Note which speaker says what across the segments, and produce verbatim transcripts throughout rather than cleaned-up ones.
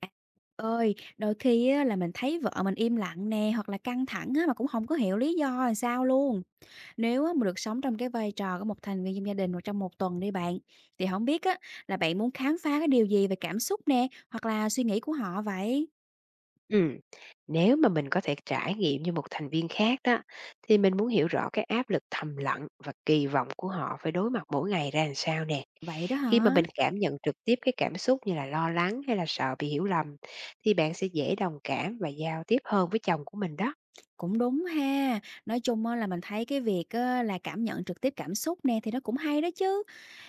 Speaker 1: À, ơi, đôi khi á là mình thấy vợ mình im lặng nè, hoặc là căng thẳng á mà cũng không có hiểu lý do là sao luôn. Nếu á mà được sống trong cái vai trò của một thành viên trong gia đình mà trong một tuần đi bạn, thì không biết á là bạn muốn khám phá cái điều gì về cảm xúc nè, hoặc là suy nghĩ của họ vậy?
Speaker 2: Ừ, nếu mà mình có thể trải nghiệm như một thành viên khác đó, thì mình muốn hiểu rõ cái áp lực thầm lặng và kỳ vọng của họ phải đối mặt mỗi ngày ra làm sao nè.
Speaker 1: Vậy đó
Speaker 2: Khi mà
Speaker 1: hả?
Speaker 2: mình cảm nhận trực tiếp cái cảm xúc như là lo lắng hay là sợ bị hiểu lầm, thì bạn sẽ dễ đồng cảm và giao tiếp hơn với chồng của mình đó.
Speaker 1: Cũng đúng ha. Nói chung á là mình thấy cái việc á là cảm nhận trực tiếp cảm xúc nè thì nó cũng hay đó chứ.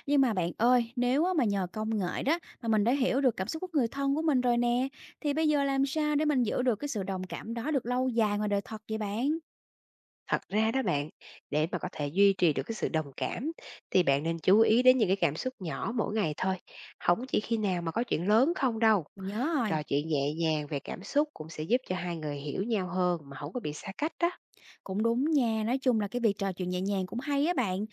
Speaker 1: Nhưng mà bạn ơi, nếu á mà nhờ công nghệ đó mà mình đã hiểu được cảm xúc của người thân của mình rồi nè, thì bây giờ làm sao để mình giữ được cái sự đồng cảm đó được lâu dài ngoài đời thật vậy bạn?
Speaker 2: Thật ra đó bạn, để mà có thể duy trì được cái sự đồng cảm, thì bạn nên chú ý đến những cái cảm xúc nhỏ mỗi ngày thôi, không chỉ khi nào mà có chuyện lớn không đâu.
Speaker 1: Mình nhớ rồi.
Speaker 2: Trò chuyện nhẹ nhàng về cảm xúc cũng sẽ giúp cho hai người hiểu nhau hơn mà không có bị xa cách đó.
Speaker 1: Cũng đúng nha, nói chung là cái việc trò chuyện nhẹ nhàng cũng hay á bạn.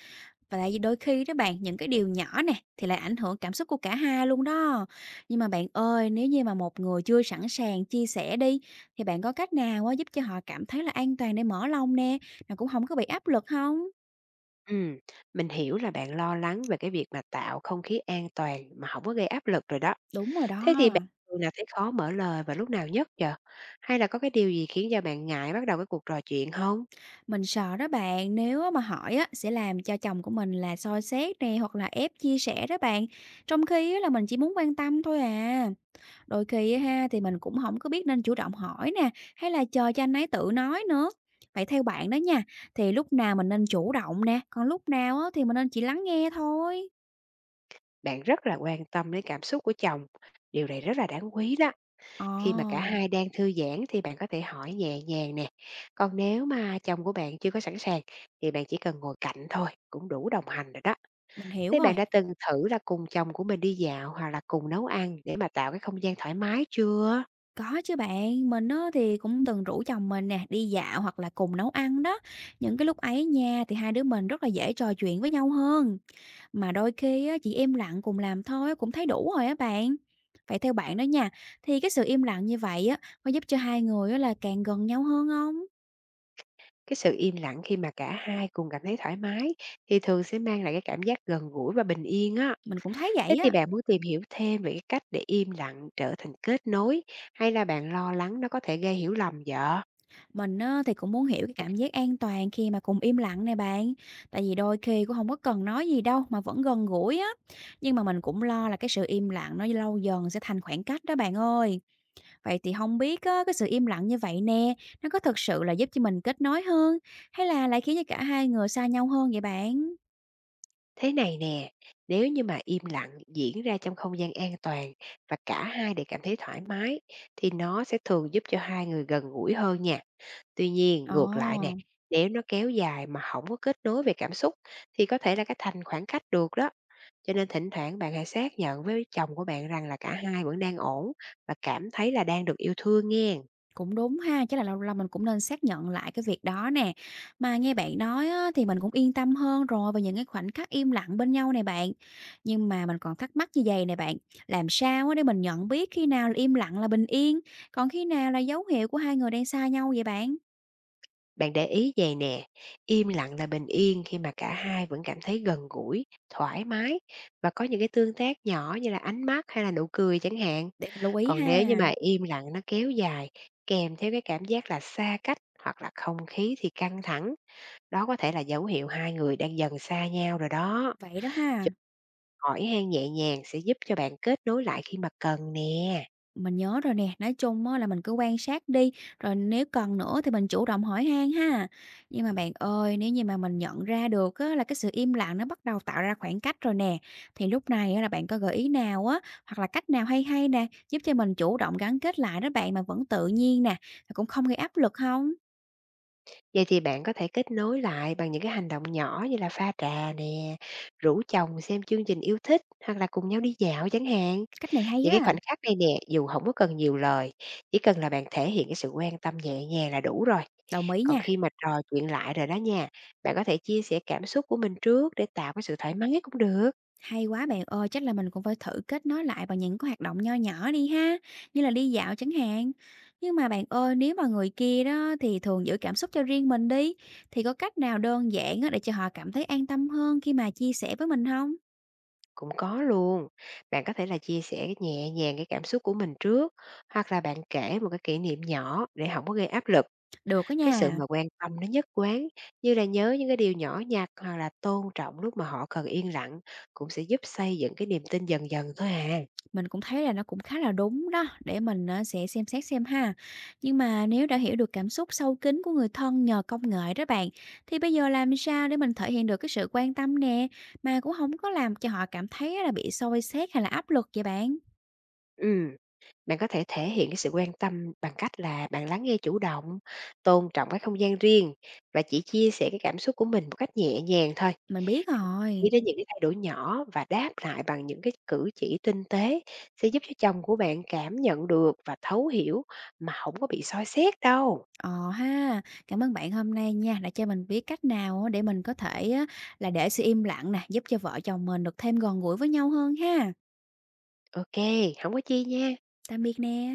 Speaker 1: Và tại vì đôi khi đó bạn, những cái điều nhỏ nè thì lại ảnh hưởng cảm xúc của cả hai luôn đó. Nhưng mà bạn ơi, nếu như mà một người chưa sẵn sàng chia sẻ đi thì bạn có cách nào á giúp cho họ cảm thấy là an toàn để mở lòng nè, mà cũng không có bị áp lực không?
Speaker 2: Ừm, mình hiểu là bạn lo lắng về cái việc mà tạo không khí an toàn mà không có gây áp lực rồi đó.
Speaker 1: Đúng rồi đó.
Speaker 2: Thế thì bạn thường là thấy khó mở lời và lúc nào nhất giờ? Hay là có cái điều gì khiến cho bạn ngại bắt đầu cái cuộc trò chuyện không?
Speaker 1: Mình sợ đó bạn, nếu á mà hỏi á sẽ làm cho chồng của mình là soi xét nè, hoặc là ép chia sẻ đó bạn, trong khi á là mình chỉ muốn quan tâm thôi à. Đôi khi á ha, thì mình cũng không có biết nên chủ động hỏi nè, hay là chờ cho anh ấy tự nói nữa. Vậy theo bạn đó nha, thì lúc nào mình nên chủ động nè, còn lúc nào á, thì mình nên chỉ lắng nghe thôi?
Speaker 2: Bạn rất là quan tâm đến cảm xúc của chồng, điều này rất là đáng quý đó. Khi mà cả
Speaker 1: Ờ,
Speaker 2: hai đang thư giãn thì bạn có thể hỏi nhẹ nhàng nè. Còn nếu mà chồng của bạn chưa có sẵn sàng thì bạn chỉ cần ngồi cạnh thôi, cũng đủ đồng hành rồi đó.
Speaker 1: mình hiểu
Speaker 2: Thế
Speaker 1: rồi.
Speaker 2: bạn đã từng thử là cùng chồng của mình đi dạo hoặc là cùng nấu ăn để mà tạo cái không gian thoải mái chưa?
Speaker 1: Có chứ bạn, mình á, thì cũng từng rủ chồng mình nè, đi dạo hoặc là cùng nấu ăn đó. Những cái lúc ấy nha, thì hai đứa mình rất là dễ trò chuyện với nhau hơn. Mà đôi khi á, chỉ im lặng cùng làm thôi cũng thấy đủ rồi á bạn. Vậy theo bạn đó nha, thì cái sự im lặng như vậy á, có giúp cho hai người á, là càng gần nhau hơn không?
Speaker 2: Cái sự im lặng khi mà cả hai cùng cảm thấy thoải mái thì thường sẽ mang lại cái cảm giác gần gũi và bình yên á.
Speaker 1: Mình cũng thấy
Speaker 2: Thế
Speaker 1: vậy
Speaker 2: thì
Speaker 1: á.
Speaker 2: bạn muốn tìm hiểu thêm về cái cách để im lặng trở thành kết nối, hay là bạn lo lắng nó có thể gây hiểu lầm vợ?
Speaker 1: Mình á, thì cũng muốn hiểu cái cảm giác an toàn khi mà cùng im lặng này bạn. Tại vì đôi khi cũng không có cần nói gì đâu mà vẫn gần gũi á. Nhưng mà mình cũng lo là cái sự im lặng nó lâu dần sẽ thành khoảng cách đó bạn ơi. Vậy thì không biết á, cái sự im lặng như vậy nè, nó có thực sự là giúp cho mình kết nối hơn hay là lại khiến cho cả hai người xa nhau hơn vậy bạn?
Speaker 2: Thế này nè, nếu như mà im lặng diễn ra trong không gian an toàn và cả hai đều cảm thấy thoải mái, thì nó sẽ thường giúp cho hai người gần gũi hơn nha. Tuy nhiên, ngược lại nè,
Speaker 1: Ồ,
Speaker 2: nếu nó kéo dài mà không có kết nối về cảm xúc, thì có thể là cái thành khoảng cách được đó. Cho nên thỉnh thoảng bạn hãy xác nhận với chồng của bạn rằng là cả hai vẫn đang ổn và cảm thấy là đang được yêu thương nghe.
Speaker 1: cũng đúng ha, chắc là lâu lâu mình cũng nên xác nhận lại cái việc đó nè. Mà nghe bạn nói á, thì mình cũng yên tâm hơn rồi về những cái khoảnh khắc im lặng bên nhau này bạn. Nhưng mà mình còn thắc mắc như vậy này bạn, làm sao á để mình nhận biết khi nào là im lặng là bình yên, còn khi nào là dấu hiệu của hai người đang xa nhau vậy bạn?
Speaker 2: Bạn để ý vậy nè, im lặng là bình yên khi mà cả hai vẫn cảm thấy gần gũi, thoải mái và có những cái tương tác nhỏ như là ánh mắt hay là nụ cười chẳng hạn.
Speaker 1: Để mình lưu ý
Speaker 2: Còn nếu như
Speaker 1: ha.
Speaker 2: mà im lặng nó kéo dài, kèm theo cái cảm giác là xa cách, hoặc là không khí thì căng thẳng, đó có thể là dấu hiệu hai người đang dần xa nhau rồi đó.
Speaker 1: Vậy đó ha.
Speaker 2: Chụp, hỏi han nhẹ nhàng sẽ giúp cho bạn kết nối lại khi mà cần nè.
Speaker 1: Mình nhớ rồi nè, nói chung á là mình cứ quan sát đi, rồi nếu cần nữa thì mình chủ động hỏi han ha. Nhưng mà bạn ơi, nếu như mà mình nhận ra được á là cái sự im lặng nó bắt đầu tạo ra khoảng cách rồi nè, thì lúc này á là bạn có gợi ý nào á, hoặc là cách nào hay hay nè, giúp cho mình chủ động gắn kết lại đó bạn mà vẫn tự nhiên nè, mà cũng không gây áp lực không?
Speaker 2: Vậy thì bạn có thể kết nối lại bằng những cái hành động nhỏ như là pha trà nè, rủ chồng xem chương trình yêu thích hoặc là cùng nhau đi dạo chẳng hạn.
Speaker 1: Cách này hay
Speaker 2: Những
Speaker 1: á,
Speaker 2: cái khoảnh khắc này nè, dù không có cần nhiều lời, chỉ cần là bạn thể hiện cái sự quan tâm nhẹ nhàng là đủ rồi.
Speaker 1: đồng ý
Speaker 2: Còn
Speaker 1: nha.
Speaker 2: khi mà trò chuyện lại rồi đó nha, bạn có thể chia sẻ cảm xúc của mình trước để tạo cái sự thoải mái cũng được.
Speaker 1: Hay quá bạn ơi, chắc là mình cũng phải thử kết nối lại bằng những cái hoạt động nho nhỏ đi ha, như là đi dạo chẳng hạn. Nhưng mà bạn ơi, nếu mà người kia đó thì thường giữ cảm xúc cho riêng mình đi, thì có cách nào đơn giản á để cho họ cảm thấy an tâm hơn khi mà chia sẻ với mình không?
Speaker 2: Cũng có luôn. Bạn có thể là chia sẻ cái nhẹ nhàng cái cảm xúc của mình trước, hoặc là bạn kể một cái kỷ niệm nhỏ để không có gây áp lực.
Speaker 1: Được đó
Speaker 2: Cái sự
Speaker 1: nha.
Speaker 2: mà quan tâm nó nhất quán, như là nhớ những cái điều nhỏ nhặt hoặc là tôn trọng lúc mà họ cần yên lặng, cũng sẽ giúp xây dựng cái niềm tin dần dần thôi à.
Speaker 1: Mình cũng thấy là nó cũng khá là đúng đó, để mình, ờ, sẽ xem xét xem ha. Nhưng mà nếu đã hiểu được cảm xúc sâu kín của người thân nhờ công nghệ đó bạn, thì bây giờ làm sao để mình thể hiện được cái sự quan tâm nè, mà cũng không có làm cho họ cảm thấy là bị xoi xét hay là áp lực vậy bạn?
Speaker 2: Ừm, Bạn có thể thể hiện cái sự quan tâm bằng cách là bạn lắng nghe chủ động, tôn trọng cái không gian riêng và chỉ chia sẻ cái cảm xúc của mình một cách nhẹ nhàng thôi.
Speaker 1: Mình biết rồi.
Speaker 2: Ý đến những cái thay đổi nhỏ và đáp lại bằng những cái cử chỉ tinh tế sẽ giúp cho chồng của bạn cảm nhận được và thấu hiểu mà không có bị soi xét đâu.
Speaker 1: Ờ ha, cảm ơn bạn hôm nay nha, đã cho mình biết cách nào á để mình có thể á là để sự im lặng nè, giúp cho vợ chồng mình được thêm gần gũi với nhau hơn ha.
Speaker 2: ô kê, không có chi nha.
Speaker 1: Tạm biệt nè.